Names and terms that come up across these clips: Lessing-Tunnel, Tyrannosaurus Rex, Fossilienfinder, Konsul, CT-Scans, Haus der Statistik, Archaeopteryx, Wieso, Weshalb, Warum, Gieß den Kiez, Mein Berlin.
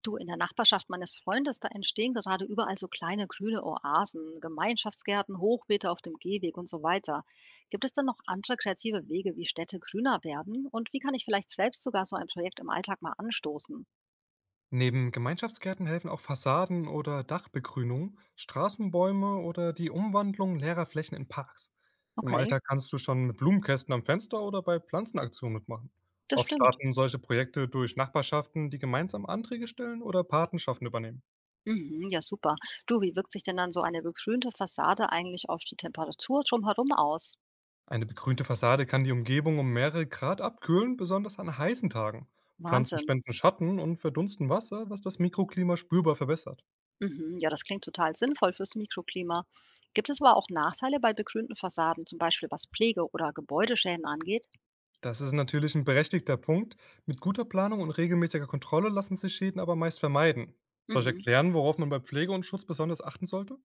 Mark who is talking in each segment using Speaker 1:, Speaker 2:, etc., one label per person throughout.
Speaker 1: Du, in der Nachbarschaft meines Freundes, da entstehen gerade überall so kleine grüne Oasen, Gemeinschaftsgärten, Hochbeete auf dem Gehweg und so weiter. Gibt es denn noch andere kreative Wege, wie Städte grüner werden? Und wie kann ich vielleicht selbst sogar so ein Projekt im Alltag mal anstoßen?
Speaker 2: Neben Gemeinschaftsgärten helfen auch Fassaden oder Dachbegrünung, Straßenbäume oder die Umwandlung leerer Flächen in Parks. Im
Speaker 1: Okay,
Speaker 2: Alltag kannst du schon mit Blumenkästen am Fenster oder bei Pflanzenaktionen mitmachen.
Speaker 1: das
Speaker 2: Oft
Speaker 1: stimmt.
Speaker 2: starten solche Projekte durch Nachbarschaften, die gemeinsam Anträge stellen oder Patenschaften übernehmen.
Speaker 1: Mhm, ja, super. Du, wie wirkt sich denn dann so eine begrünte Fassade eigentlich auf die Temperatur drumherum aus?
Speaker 2: Eine begrünte Fassade kann die Umgebung um mehrere Grad abkühlen, besonders an heißen Tagen. Pflanzen
Speaker 1: Wahnsinn.
Speaker 2: spenden Schatten und verdunsten Wasser, was das Mikroklima spürbar verbessert.
Speaker 1: Mhm, ja, das klingt total sinnvoll fürs Mikroklima. Gibt es aber auch Nachteile bei begrünten Fassaden, zum Beispiel was Pflege oder Gebäudeschäden angeht?
Speaker 2: Das ist natürlich ein berechtigter Punkt. Mit guter Planung und regelmäßiger Kontrolle lassen sich Schäden aber meist vermeiden. Soll ich
Speaker 1: Mhm.
Speaker 2: erklären, worauf man bei Pflege und Schutz besonders achten sollte?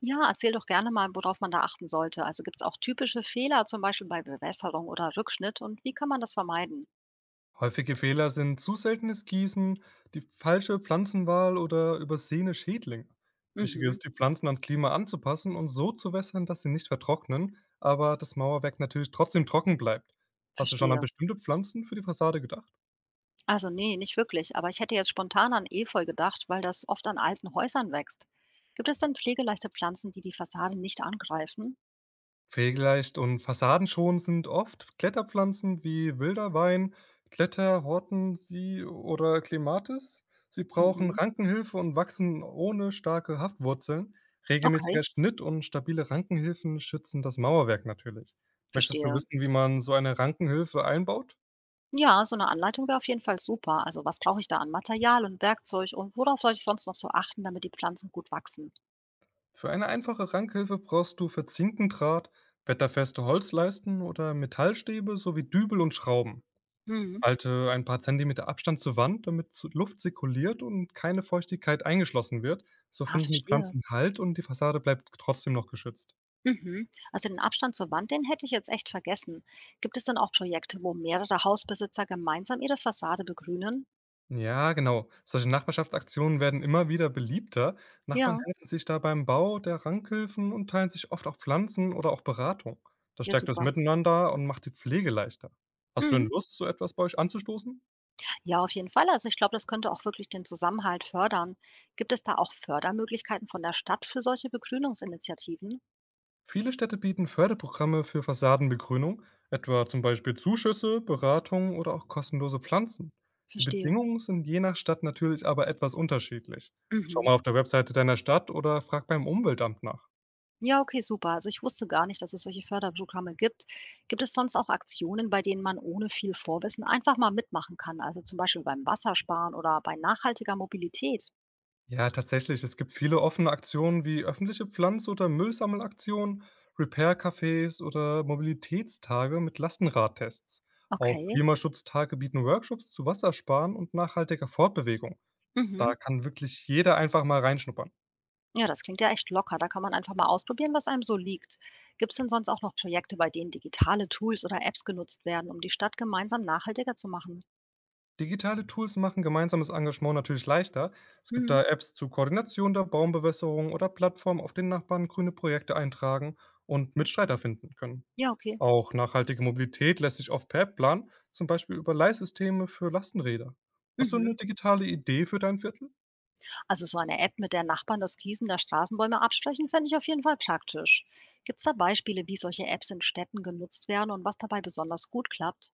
Speaker 1: Ja, erzähl doch gerne mal, worauf man da achten sollte. Also gibt es auch typische Fehler, zum Beispiel bei Bewässerung oder Rückschnitt und wie kann man das vermeiden?
Speaker 2: Häufige Fehler sind zu seltenes Gießen, die falsche Pflanzenwahl oder übersehene Schädlinge. Wichtig
Speaker 1: Mhm,
Speaker 2: ist, die Pflanzen ans Klima anzupassen und so zu wässern, dass sie nicht vertrocknen, aber das Mauerwerk natürlich trotzdem trocken bleibt. Hast du schon an
Speaker 1: verstehe.
Speaker 2: bestimmte Pflanzen für die Fassade gedacht?
Speaker 1: Also nee, nicht wirklich. Aber ich hätte jetzt spontan an Efeu gedacht, weil das oft an alten Häusern wächst. Gibt es denn pflegeleichte Pflanzen, die die Fassade nicht angreifen?
Speaker 2: Pflegeleicht und fassadenschonend sind oft Kletterpflanzen wie wilder Wein, Kletter, Hortensie oder Klematis. Sie brauchen
Speaker 1: Mhm.
Speaker 2: Rankenhilfe und wachsen ohne starke Haftwurzeln.
Speaker 1: Okay,
Speaker 2: Regelmäßiger Schnitt und stabile Rankenhilfen schützen das Mauerwerk natürlich. Möchtest du
Speaker 1: verstehe.
Speaker 2: wissen, wie man so eine Rankenhilfe einbaut?
Speaker 1: Ja, so eine Anleitung wäre auf jeden Fall super. Also was brauche ich da an Material und Werkzeug und worauf soll ich sonst noch so achten, damit die Pflanzen gut wachsen?
Speaker 2: Für eine einfache Rankenhilfe brauchst du verzinkten Draht, wetterfeste Holzleisten oder Metallstäbe sowie Dübel und Schrauben.
Speaker 1: Mhm.
Speaker 2: Halte ein paar Zentimeter Abstand zur Wand, damit zu Luft zirkuliert und keine Feuchtigkeit eingeschlossen wird. So
Speaker 1: Ja,
Speaker 2: finden die
Speaker 1: verstehe.
Speaker 2: Pflanzen Halt und die Fassade bleibt trotzdem noch geschützt.
Speaker 1: Mhm. Also den Abstand zur Wand, den hätte ich jetzt echt vergessen. Gibt es denn auch Projekte, wo mehrere Hausbesitzer gemeinsam ihre Fassade begrünen?
Speaker 2: Ja, genau. Solche Nachbarschaftsaktionen werden immer wieder beliebter. Nachbarn
Speaker 1: Ja,
Speaker 2: helfen sich da beim Bau der Rankhilfen und teilen sich oft auch Pflanzen oder auch Beratung. Das
Speaker 1: ja,
Speaker 2: stärkt das
Speaker 1: super.
Speaker 2: Miteinander und macht die Pflege leichter. Hast du denn
Speaker 1: Mhm.
Speaker 2: Lust, so etwas bei euch anzustoßen?
Speaker 1: Ja, auf jeden Fall. Also ich glaube, das könnte auch wirklich den Zusammenhalt fördern. Gibt es da auch Fördermöglichkeiten von der Stadt für solche Begrünungsinitiativen?
Speaker 2: Viele Städte bieten Förderprogramme für Fassadenbegrünung, etwa zum Beispiel Zuschüsse, Beratungen oder auch kostenlose Pflanzen. Die
Speaker 1: Verstehe.
Speaker 2: Bedingungen sind je nach Stadt natürlich aber etwas unterschiedlich. Schau
Speaker 1: Mhm.
Speaker 2: mal auf der Webseite deiner Stadt oder frag beim Umweltamt nach.
Speaker 1: Ja, okay, super. Also ich wusste gar nicht, dass es solche Förderprogramme gibt. Gibt es sonst auch Aktionen, bei denen man ohne viel Vorwissen einfach mal mitmachen kann? Also zum Beispiel beim Wassersparen oder bei nachhaltiger Mobilität?
Speaker 2: Ja, tatsächlich, es gibt viele offene Aktionen wie öffentliche Pflanz- oder Müllsammelaktionen, Repair-Cafés oder Mobilitätstage mit Lastenradtests. Auch
Speaker 1: Okay.
Speaker 2: Klimaschutztage bieten Workshops zu Wassersparen und nachhaltiger Fortbewegung.
Speaker 1: Mhm.
Speaker 2: Da kann wirklich jeder einfach mal reinschnuppern.
Speaker 1: Ja, das klingt ja echt locker. Da kann man einfach mal ausprobieren, was einem so liegt. Gibt es denn sonst auch noch Projekte, bei denen digitale Tools oder Apps genutzt werden, um die Stadt gemeinsam nachhaltiger zu machen?
Speaker 2: Digitale Tools machen gemeinsames Engagement natürlich leichter. Es gibt
Speaker 1: Mhm.
Speaker 2: da Apps zur Koordination der Baumbewässerung oder Plattformen, auf denen Nachbarn grüne Projekte eintragen und Mitstreiter finden können.
Speaker 1: Ja, okay.
Speaker 2: Auch nachhaltige Mobilität lässt sich oft per App planen, zum Beispiel über Leihsysteme für Lastenräder. Hast du
Speaker 1: Mhm.
Speaker 2: eine digitale Idee für dein Viertel?
Speaker 1: Also so eine App, mit der Nachbarn das Gießen der Straßenbäume absprechen, fände ich auf jeden Fall praktisch. Gibt es da Beispiele, wie solche Apps in Städten genutzt werden und was dabei besonders gut klappt?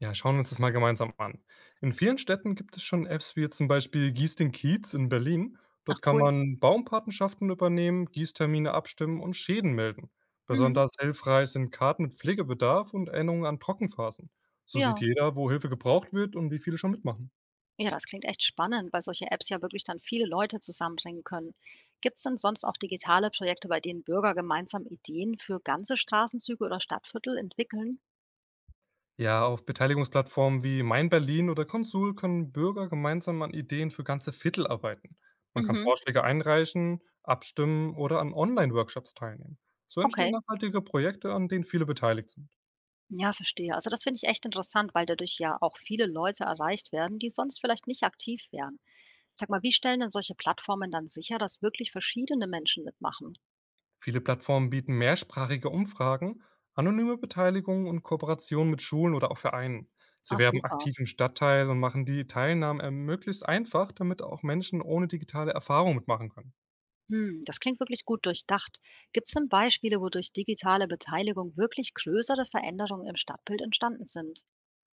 Speaker 2: Ja, schauen wir uns das mal gemeinsam an. In vielen Städten gibt es schon Apps wie jetzt zum Beispiel Gieß den Kiez in Berlin.
Speaker 1: Ach,
Speaker 2: Dort kann
Speaker 1: cool.
Speaker 2: man Baumpatenschaften übernehmen, Gießtermine abstimmen und Schäden melden.
Speaker 1: Mhm.
Speaker 2: Besonders hilfreich sind Karten mit Pflegebedarf und Erinnerungen an Trockenphasen. So sieht
Speaker 1: Ja.
Speaker 2: jeder, wo Hilfe gebraucht wird und wie viele schon mitmachen.
Speaker 1: Ja, das klingt echt spannend, weil solche Apps ja wirklich dann viele Leute zusammenbringen können. Gibt es denn sonst auch digitale Projekte, bei denen Bürger gemeinsam Ideen für ganze Straßenzüge oder Stadtviertel entwickeln?
Speaker 2: Ja, auf Beteiligungsplattformen wie Mein Berlin oder Konsul können Bürger gemeinsam an Ideen für ganze Viertel arbeiten. Man kann
Speaker 1: Mhm.
Speaker 2: Vorschläge einreichen, abstimmen oder an Online-Workshops teilnehmen. So entstehen
Speaker 1: Okay.
Speaker 2: nachhaltige Projekte, an denen viele beteiligt sind.
Speaker 1: Ja, verstehe. Also das finde ich echt interessant, weil dadurch ja auch viele Leute erreicht werden, die sonst vielleicht nicht aktiv wären. Sag mal, wie stellen denn solche Plattformen dann sicher, dass wirklich verschiedene Menschen mitmachen?
Speaker 2: Viele Plattformen bieten mehrsprachige Umfragen, anonyme Beteiligung und Kooperation mit Schulen oder auch Vereinen.
Speaker 1: Ah,
Speaker 2: Sie werben
Speaker 1: super.
Speaker 2: aktiv im Stadtteil und machen die Teilnahme möglichst einfach, damit auch Menschen ohne digitale Erfahrung mitmachen können.
Speaker 1: Hm, das klingt wirklich gut durchdacht. Gibt es denn Beispiele, wo durch digitale Beteiligung wirklich größere Veränderungen im Stadtbild entstanden sind?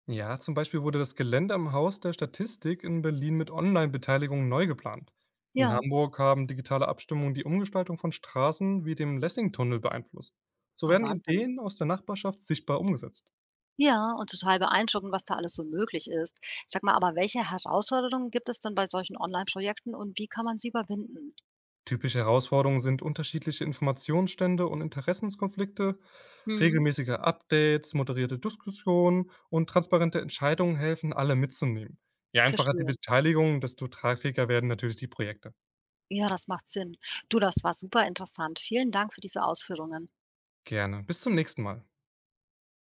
Speaker 2: Ja, zum Beispiel wurde das Gelände am Haus der Statistik in Berlin mit Online-Beteiligung neu geplant. In
Speaker 1: Ja.
Speaker 2: Hamburg haben digitale Abstimmungen die Umgestaltung von Straßen wie dem Lessing-Tunnel beeinflusst. So
Speaker 1: Oh,
Speaker 2: werden
Speaker 1: Wahnsinn.
Speaker 2: Ideen aus der Nachbarschaft sichtbar umgesetzt.
Speaker 1: Ja, und total beeindruckend, was da alles so möglich ist. Sag mal, aber welche Herausforderungen gibt es denn bei solchen Online-Projekten und wie kann man sie überwinden?
Speaker 2: Typische Herausforderungen sind unterschiedliche Informationsstände und Interessenskonflikte.
Speaker 1: Hm,
Speaker 2: Regelmäßige Updates, moderierte Diskussionen und transparente Entscheidungen helfen, alle mitzunehmen. Je einfacher die
Speaker 1: verstehe.
Speaker 2: Beteiligung, desto tragfähiger werden natürlich die Projekte.
Speaker 1: Ja, das macht Sinn. Du, das war super interessant. Vielen Dank für diese Ausführungen.
Speaker 2: Gerne. Bis zum nächsten Mal.